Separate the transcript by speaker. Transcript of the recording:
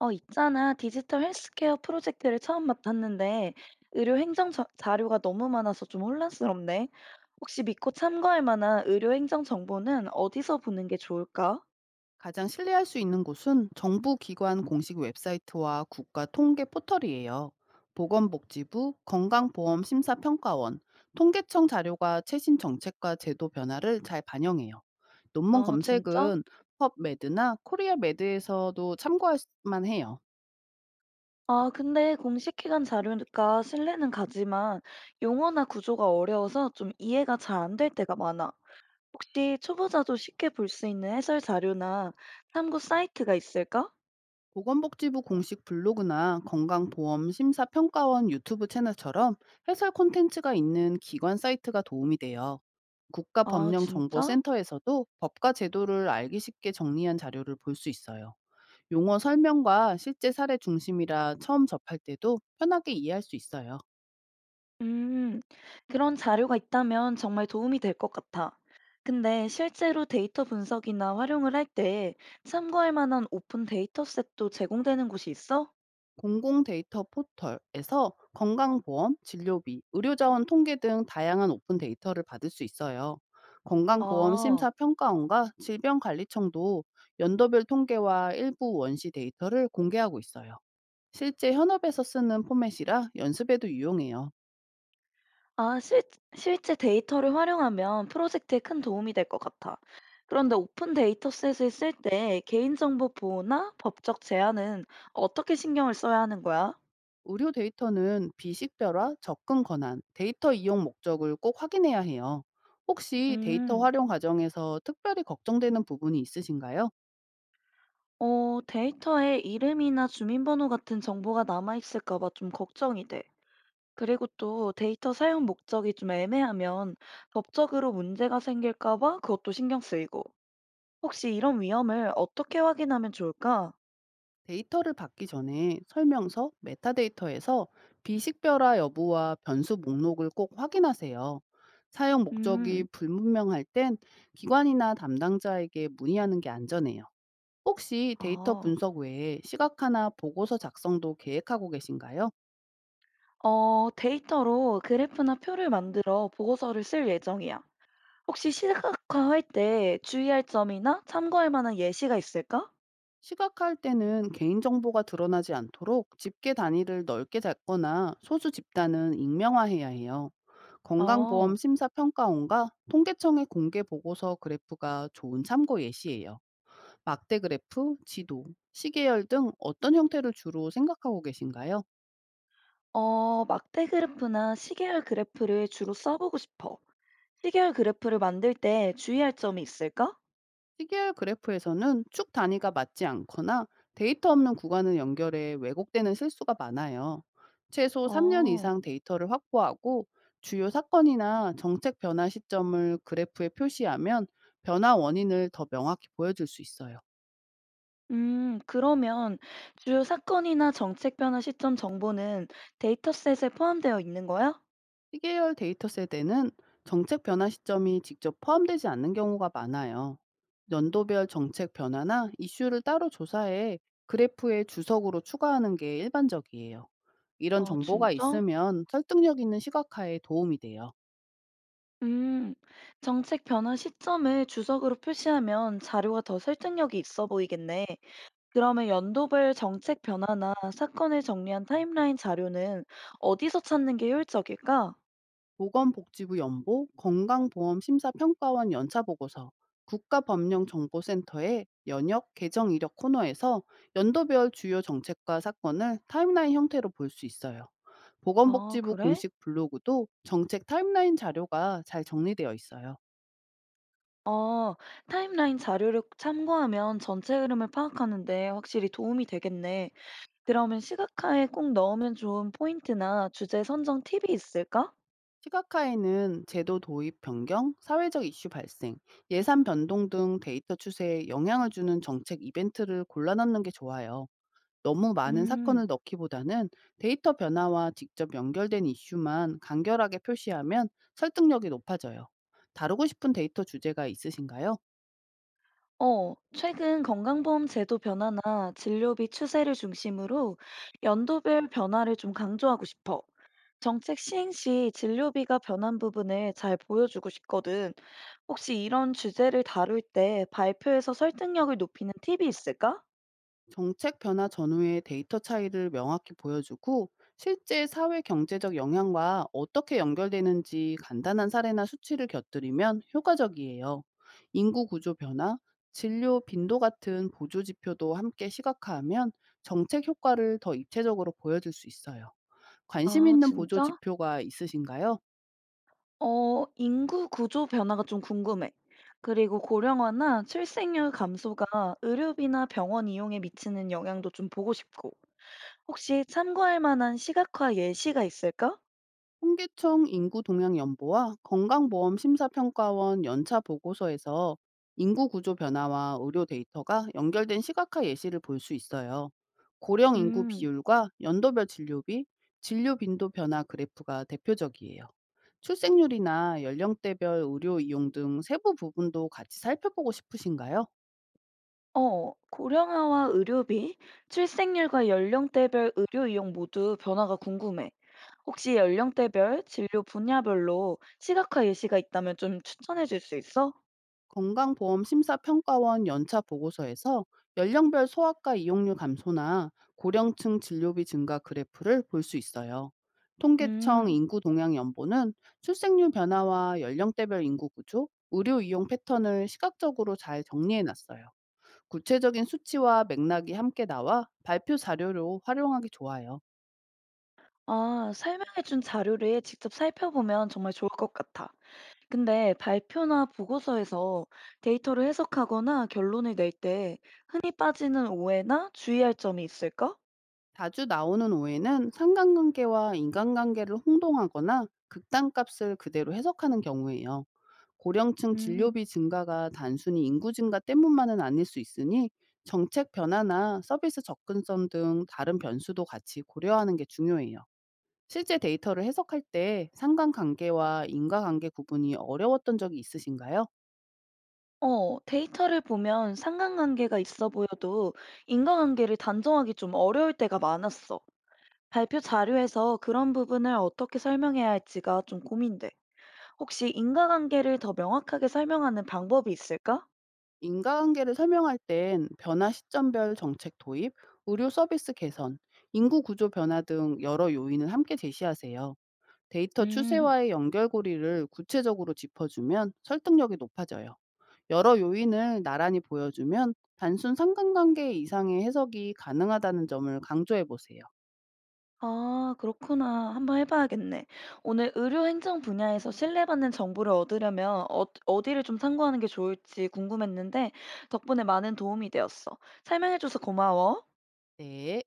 Speaker 1: 있잖아. 디지털 헬스케어 프로젝트를 처음 맡았는데 의료 행정 자료가 너무 많아서 좀 혼란스럽네. 혹시 믿고 참고할 만한 의료 행정 정보는 어디서 보는 게 좋을까?
Speaker 2: 가장 신뢰할 수 있는 곳은 정부 기관 공식 웹사이트와 국가 통계 포털이에요. 보건복지부, 건강보험심사평가원, 통계청 자료가 최신 정책과 제도 변화를 잘 반영해요. 논문
Speaker 1: 아, 진짜?
Speaker 2: 검색은 펍메드나 코리아메드에서도 참고할 만 해요.
Speaker 1: 아, 근데 공식 기관 자료니까 신뢰는 가지만 용어나 구조가 어려워서 좀 이해가 잘 안 될 때가 많아. 혹시 초보자도 쉽게 볼 수 있는 해설 자료나 참고 사이트가 있을까?
Speaker 2: 보건복지부 공식 블로그나 건강보험심사평가원 유튜브 채널처럼 해설 콘텐츠가 있는 기관 사이트가 도움이 돼요.
Speaker 1: 아, 진짜?
Speaker 2: 국가법령정보센터에서도 법과 제도를 알기 쉽게 정리한 자료를 볼 수 있어요. 용어 설명과 실제 사례 중심이라 처음 접할 때도 편하게 이해할 수 있어요.
Speaker 1: 음, 그런 자료가 있다면 정말 도움이 될 것 같아. 근데 실제로 데이터 분석이나 활용을 할 때 참고할 만한 오픈 데이터셋도 제공되는 곳이 있어?
Speaker 2: 공공 데이터 포털에서 건강보험, 진료비, 의료자원 통계 등 다양한 오픈 데이터를 받을 수 있어요. 건강보험
Speaker 1: 아,
Speaker 2: 심사평가원과 질병관리청도 연도별 통계와 일부 원시 데이터를 공개하고 있어요. 실제 현업에서 쓰는 포맷이라 연습에도 유용해요.
Speaker 1: 아, 실, 실제 데이터를 활용하면 프로젝트에 큰 도움이 될 것 같아. 그런데 오픈 데이터셋을 쓸 때 개인정보 보호나 법적 제한은 어떻게 신경을 써야 하는 거야?
Speaker 2: 의료 데이터는 비식별화, 접근 권한, 데이터 이용 목적을 꼭 확인해야 해요. 혹시 데이터
Speaker 1: 음,
Speaker 2: 활용 과정에서 특별히 걱정되는 부분이 있으신가요?
Speaker 1: 데이터에 이름이나 주민번호 같은 정보가 남아있을까 봐 좀 걱정이 돼. 그리고 또 데이터 사용 목적이 좀 애매하면 법적으로 문제가 생길까 봐 그것도 신경 쓰이고. 혹시 이런 위험을 어떻게 확인하면 좋을까?
Speaker 2: 데이터를 받기 전에 설명서, 메타데이터에서 비식별화 여부와 변수 목록을 꼭 확인하세요. 사용 목적이
Speaker 1: 음,
Speaker 2: 불분명할 땐 기관이나 담당자에게 문의하는 게 안전해요. 혹시 데이터
Speaker 1: 아,
Speaker 2: 분석 외에 시각화나 보고서 작성도 계획하고 계신가요?
Speaker 1: 데이터로 그래프나 표를 만들어 보고서를 쓸 예정이야. 혹시 시각화할 때 주의할 점이나 참고할 만한 예시가 있을까?
Speaker 2: 시각화할 때는 개인정보가 드러나지 않도록 집계 단위를 넓게 잡거나 소수 집단은 익명화해야 해요. 건강보험
Speaker 1: 어,
Speaker 2: 심사평가원과 통계청의 공개 보고서 그래프가 좋은 참고 예시예요. 막대 그래프, 지도, 시계열 등 어떤 형태를 주로 생각하고 계신가요?
Speaker 1: 막대 그래프나 시계열 그래프를 주로 써보고 싶어. 시계열 그래프를 만들 때 주의할 점이 있을까?
Speaker 2: 시계열 그래프에서는 축 단위가 맞지 않거나 데이터 없는 구간을 연결해 왜곡되는 실수가 많아요. 최소 3년
Speaker 1: 어.
Speaker 2: 이상 데이터를 확보하고 주요 사건이나 정책 변화 시점을 그래프에 표시하면 변화 원인을 더 명확히 보여줄 수 있어요.
Speaker 1: 그러면 주요 사건이나 정책 변화 시점 정보는 데이터셋에 포함되어 있는 거야?
Speaker 2: 시계열 데이터 세대는 정책 변화 시점이 직접 포함되지 않는 경우가 많아요. 연도별 정책 변화나 이슈를 따로 조사해 그래프에 주석으로 추가하는 게 일반적이에요. 이런
Speaker 1: 아,
Speaker 2: 정보가
Speaker 1: 진짜?
Speaker 2: 있으면 설득력 있는 시각화에 도움이 돼요.
Speaker 1: 음, 정책 변화 시점을 주석으로 표시하면 자료가 더 설득력이 있어 보이겠네. 그러면 연도별 정책 변화나 사건을 정리한 타임라인 자료는 어디서 찾는 게 효율적일까?
Speaker 2: 보건복지부 연보 건강보험심사평가원 연차보고서 국가법령정보센터의 연역 개정 이력 코너에서 연도별 주요 정책과 사건을 타임라인 형태로 볼 수 있어요.
Speaker 1: 아,
Speaker 2: 보건복지부
Speaker 1: 그래?
Speaker 2: 공식 블로그도 정책 타임라인 자료가 잘 정리되어 있어요.
Speaker 1: 어, 타임라인 자료를 참고하면 전체 흐름을 파악하는데 확실히 도움이 되겠네. 그러면 시각화에 꼭 넣으면 좋은 포인트나 주제 선정 팁이 있을까?
Speaker 2: 시각화에는 제도 도입 변경, 사회적 이슈 발생, 예산 변동 등 데이터 추세에 영향을 주는 정책 이벤트를 골라넣는 게 좋아요. 너무 많은
Speaker 1: 음,
Speaker 2: 사건을 넣기보다는 데이터 변화와 직접 연결된 이슈만 간결하게 표시하면 설득력이 높아져요. 다루고 싶은 데이터 주제가 있으신가요?
Speaker 1: 최근 건강보험 제도 변화나 진료비 추세를 중심으로 연도별 변화를 좀 강조하고 싶어. 정책 시행 시 진료비가 변한 부분을 잘 보여주고 싶거든. 혹시 이런 주제를 다룰 때 발표에서 설득력을 높이는 팁이 있을까?
Speaker 2: 정책 변화 전후의 데이터 차이를 명확히 보여주고 실제 사회 경제적 영향과 어떻게 연결되는지 간단한 사례나 수치를 곁들이면 효과적이에요. 인구 구조 변화, 진료 빈도 같은 보조 지표도 함께 시각화하면 정책 효과를 더 입체적으로 보여줄 수 있어요. 관심
Speaker 1: 아,
Speaker 2: 있는 보조
Speaker 1: 진짜?
Speaker 2: 지표가 있으신가요?
Speaker 1: 인구 구조 변화가 좀 궁금해. 그리고 고령화나 출생률 감소가 의료비나 병원 이용에 미치는 영향도 좀 보고 싶고. 혹시 참고할 만한 시각화 예시가 있을까?
Speaker 2: 통계청 인구 동향 연보와 건강보험 심사평가원 연차 보고서에서 인구 구조 변화와 의료 데이터가 연결된 시각화 예시를 볼 수 있어요. 고령 인구
Speaker 1: 음,
Speaker 2: 비율과 연도별 진료비, 진료 빈도 변화 그래프가 대표적이에요. 출생률이나 연령대별 의료 이용 등 세부 부분도 같이 살펴보고 싶으신가요?
Speaker 1: 고령화와 의료비, 출생률과 연령대별 의료 이용 모두 변화가 궁금해. 혹시 연령대별, 진료 분야별로 시각화 예시가 있다면 좀 추천해 줄 수 있어?
Speaker 2: 건강보험심사평가원 연차 보고서에서 연령별 소아과 이용률 감소나 고령층 진료비 증가 그래프를 볼 수 있어요. 통계청
Speaker 1: 음.
Speaker 2: 인구동향연보는 출생률 변화와 연령대별 인구 구조, 의료 이용 패턴을 시각적으로 잘 정리해 놨어요. 구체적인 수치와 맥락이 함께 나와 발표 자료로 활용하기 좋아요.
Speaker 1: 아, 설명해준 자료를 직접 살펴보면 정말 좋을 것 같아. 근데 발표나 보고서에서 데이터를 해석하거나 결론을 낼 때 흔히 빠지는 오해나 주의할 점이 있을까?
Speaker 2: 자주 나오는 오해는 상관관계와 인간관계를 혼동하거나 극단값을 그대로 해석하는 경우예요. 고령층
Speaker 1: 음,
Speaker 2: 진료비 증가가 단순히 인구 증가 때문만은 아닐 수 있으니 정책 변화나 서비스 접근성 등 다른 변수도 같이 고려하는 게 중요해요. 실제 데이터를 해석할 때 상관관계와 인과관계 구분이 어려웠던 적이 있으신가요?
Speaker 1: 데이터를 보면 상관관계가 있어 보여도 인과관계를 단정하기 좀 어려울 때가 많았어. 발표 자료에서 그런 부분을 어떻게 설명해야 할지가 좀 고민돼. 혹시 인과관계를 더 명확하게 설명하는 방법이 있을까?
Speaker 2: 인과관계를 설명할 땐 변화 시점별 정책 도입, 의료 서비스 개선, 인구 구조 변화 등 여러 요인을 함께 제시하세요. 데이터
Speaker 1: 음.
Speaker 2: 추세와의 연결고리를 구체적으로 짚어주면 설득력이 높아져요. 여러 요인을 나란히 보여주면 단순 상관관계 이상의 해석이 가능하다는 점을 강조해 보세요.
Speaker 1: 아, 그렇구나. 한번 해봐야겠네. 오늘 의료 행정 분야에서 신뢰받는 정보를 얻으려면 어디를 좀 참고하는 게 좋을지 궁금했는데 덕분에 많은 도움이 되었어. 설명해줘서 고마워.
Speaker 2: 네.